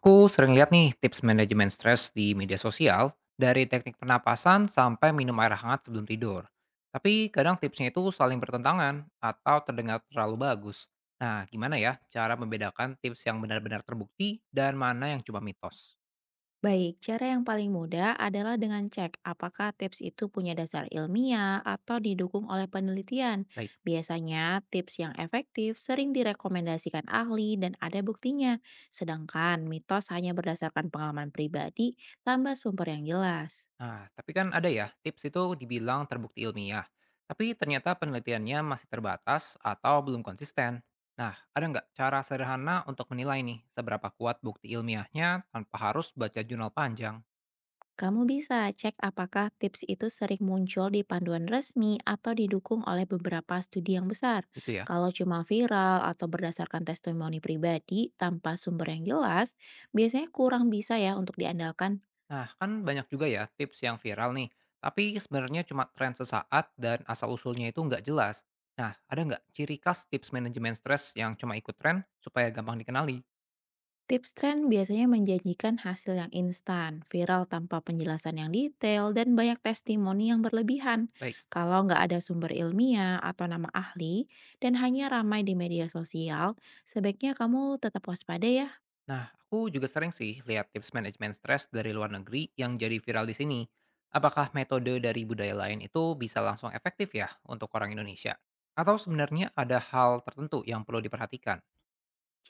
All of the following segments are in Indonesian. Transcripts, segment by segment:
Aku sering lihat nih tips manajemen stres di media sosial, dari teknik pernapasan sampai minum air hangat sebelum tidur. Tapi kadang tipsnya itu saling bertentangan atau terdengar terlalu bagus. Nah, gimana ya cara membedakan tips yang benar-benar terbukti dan mana yang cuma mitos? Baik, cara yang paling mudah adalah dengan cek apakah tips itu punya dasar ilmiah atau didukung oleh penelitian. Baik. Biasanya, tips yang efektif sering direkomendasikan ahli dan ada buktinya, sedangkan mitos hanya berdasarkan pengalaman pribadi tanpa sumber yang jelas. Nah, tapi kan ada ya tips itu dibilang terbukti ilmiah, tapi ternyata penelitiannya masih terbatas atau belum konsisten. Nah, ada nggak cara sederhana untuk menilai nih seberapa kuat bukti ilmiahnya tanpa harus baca jurnal panjang? Kamu bisa cek apakah tips itu sering muncul di panduan resmi atau didukung oleh beberapa studi yang besar. Gitu ya. Kalau cuma viral atau berdasarkan testimoni pribadi tanpa sumber yang jelas, biasanya kurang bisa ya untuk diandalkan. Nah, kan banyak juga ya tips yang viral nih, tapi sebenarnya cuma tren sesaat dan asal-usulnya itu nggak jelas. Nah, ada nggak ciri khas tips manajemen stres yang cuma ikut tren supaya gampang dikenali? Tips tren biasanya menjanjikan hasil yang instan, viral tanpa penjelasan yang detail, dan banyak testimoni yang berlebihan. Baik. Kalau nggak ada sumber ilmiah atau nama ahli, dan hanya ramai di media sosial, sebaiknya kamu tetap waspada ya. Nah, aku juga sering sih lihat tips manajemen stres dari luar negeri yang jadi viral di sini. Apakah metode dari budaya lain itu bisa langsung efektif ya untuk orang Indonesia? Atau sebenarnya ada hal tertentu yang perlu diperhatikan?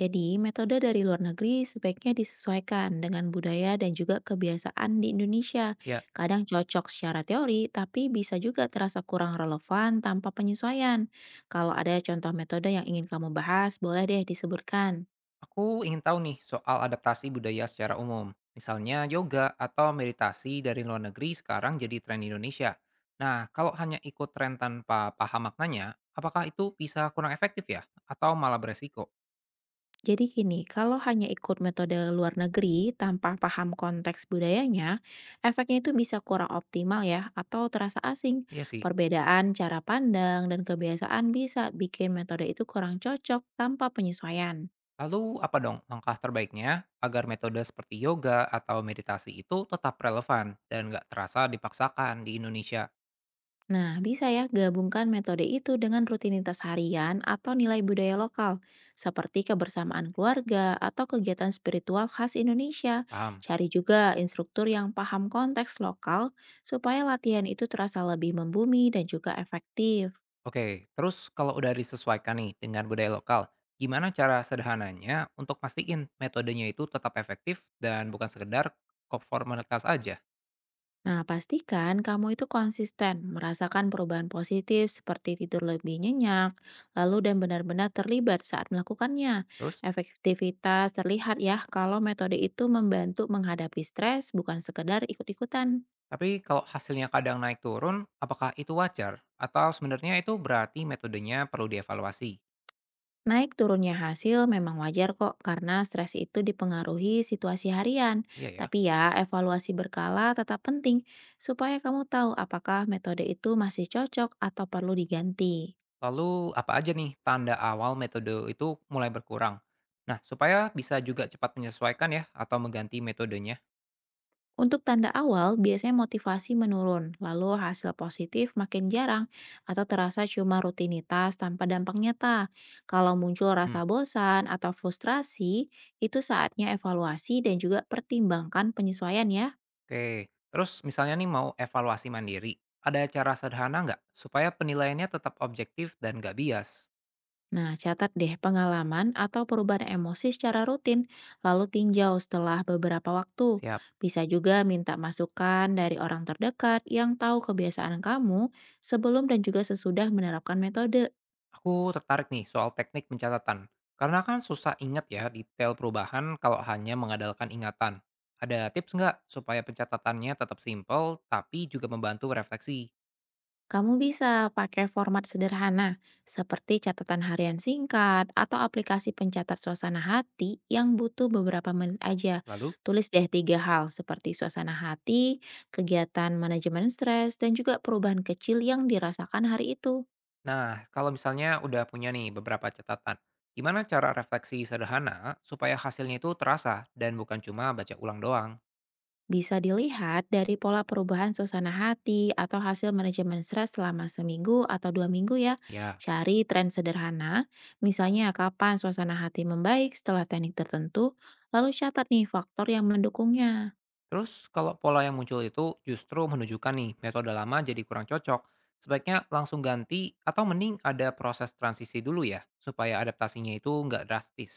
Jadi, metode dari luar negeri sebaiknya disesuaikan dengan budaya dan juga kebiasaan di Indonesia. Ya, Kadang cocok secara teori, tapi bisa juga terasa kurang relevan tanpa penyesuaian. Kalau ada contoh metode yang ingin kamu bahas, boleh deh disebutkan. aku ingin tahu nih soal adaptasi budaya secara umum. Misalnya yoga atau meditasi dari luar negeri sekarang jadi tren di Indonesia. Nah, kalau hanya ikut tren tanpa paham maknanya, apakah itu bisa kurang efektif ya? Atau malah beresiko? Jadi gini, kalau hanya ikut metode luar negeri tanpa paham konteks budayanya, efeknya itu bisa kurang optimal ya, atau terasa asing. Iya sih. Perbedaan cara pandang dan kebiasaan bisa bikin metode itu kurang cocok tanpa penyesuaian. Lalu apa dong langkah terbaiknya agar metode seperti yoga atau meditasi itu tetap relevan dan nggak terasa dipaksakan di Indonesia? Nah, bisa ya gabungkan metode itu dengan rutinitas harian atau nilai budaya lokal, seperti kebersamaan keluarga atau kegiatan spiritual khas Indonesia. Paham? Cari juga instruktur yang paham konteks lokal supaya latihan itu terasa lebih membumi dan juga efektif. Oke, terus kalau udah disesuaikan nih dengan budaya lokal, gimana cara sederhananya untuk mastiin metodenya itu tetap efektif dan bukan sekedar konformitas aja? Nah, pastikan kamu itu konsisten merasakan perubahan positif seperti tidur lebih nyenyak, lalu dan benar-benar terlibat saat melakukannya. Terus, Efektivitas terlihat ya kalau metode itu membantu menghadapi stres bukan sekedar ikut-ikutan. tapi kalau hasilnya kadang naik turun, apakah itu wajar? Atau sebenarnya itu berarti metodenya perlu dievaluasi? Naik turunnya hasil memang wajar kok karena stres itu dipengaruhi situasi harian. Iya ya. Tapi ya, evaluasi berkala tetap penting supaya kamu tahu apakah metode itu masih cocok atau perlu diganti. Lalu apa aja nih tanda awal metode itu mulai berkurang? Nah, supaya bisa juga cepat menyesuaikan ya atau mengganti metodenya. Untuk tanda awal, biasanya motivasi menurun, lalu hasil positif makin jarang atau terasa cuma rutinitas tanpa dampak nyata. Kalau muncul Hmm. rasa bosan atau frustrasi, itu saatnya evaluasi dan juga pertimbangkan penyesuaian ya. Oke, terus misalnya nih mau evaluasi mandiri, ada cara sederhana nggak supaya penilaiannya tetap objektif dan nggak bias? Nah, catat deh pengalaman atau perubahan emosi secara rutin, lalu tinjau setelah beberapa waktu. Siap. Bisa juga minta masukan dari orang terdekat yang tahu kebiasaan kamu sebelum dan juga sesudah menerapkan metode. Aku tertarik nih soal teknik pencatatan. Karena kan susah ingat ya detail perubahan kalau hanya mengandalkan ingatan. Ada tips nggak supaya pencatatannya tetap simple tapi juga membantu refleksi? Kamu bisa pakai format sederhana seperti catatan harian singkat atau aplikasi pencatat suasana hati yang butuh beberapa menit aja. Lalu. Tulis deh tiga hal seperti suasana hati, kegiatan manajemen stres, dan juga perubahan kecil yang dirasakan hari itu. Nah, kalau misalnya udah punya nih beberapa catatan, gimana cara refleksi sederhana supaya hasilnya itu terasa dan bukan cuma baca ulang doang? Bisa dilihat dari pola perubahan suasana hati atau hasil manajemen stres selama seminggu atau dua minggu ya. Ya, Cari tren sederhana, misalnya kapan suasana hati membaik setelah teknik tertentu, lalu catat nih faktor yang mendukungnya. terus kalau pola yang muncul itu justru menunjukkan nih metode lama jadi kurang cocok, sebaiknya langsung ganti atau mending ada proses transisi dulu ya, supaya adaptasinya itu nggak drastis.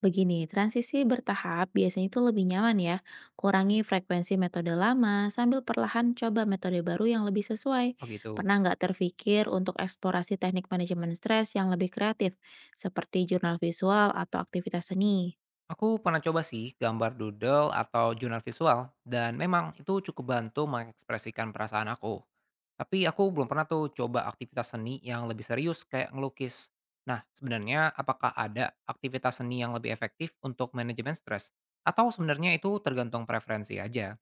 Begini, transisi bertahap biasanya itu lebih nyaman ya. Kurangi frekuensi metode lama sambil perlahan coba metode baru yang lebih sesuai. Oh gitu. Pernah nggak terpikir untuk eksplorasi teknik manajemen stres yang lebih kreatif, seperti jurnal visual atau aktivitas seni? Aku pernah coba sih gambar doodle atau jurnal visual, dan memang itu cukup bantu mengekspresikan perasaan aku. Tapi aku belum pernah tuh coba aktivitas seni yang lebih serius kayak ngelukis. Nah, sebenarnya apakah ada aktivitas seni yang lebih efektif untuk manajemen stres? Atau sebenarnya itu tergantung preferensi aja,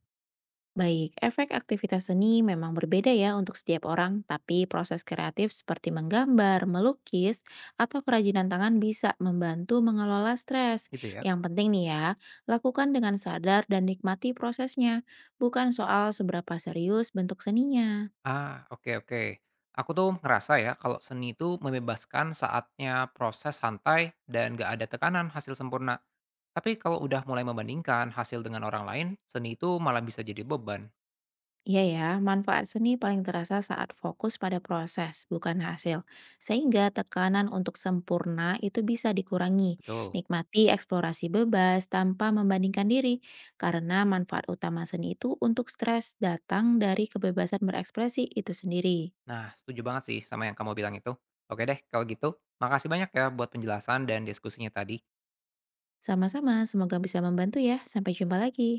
Baik, efek aktivitas seni memang berbeda ya untuk setiap orang, tapi proses kreatif seperti menggambar, melukis, atau kerajinan tangan bisa membantu mengelola stres. gitu ya? Yang penting nih ya, lakukan dengan sadar dan nikmati prosesnya, bukan soal seberapa serius bentuk seninya. Ah, oke, oke. Aku tuh ngerasa ya kalau seni itu membebaskan saatnya proses santai dan gak ada tekanan hasil sempurna. Tapi kalau udah mulai membandingkan hasil dengan orang lain, seni itu malah bisa jadi beban. Iya ya, manfaat seni paling terasa saat fokus pada proses, bukan hasil. Sehingga tekanan untuk sempurna itu bisa dikurangi. Betul. Nikmati eksplorasi bebas tanpa membandingkan diri, karena manfaat utama seni itu untuk stres datang dari kebebasan berekspresi itu sendiri. Nah, setuju banget sih sama yang kamu bilang itu. Oke deh, kalau gitu, makasih banyak ya buat penjelasan dan diskusinya tadi. Sama-sama, semoga bisa membantu ya. Sampai jumpa lagi.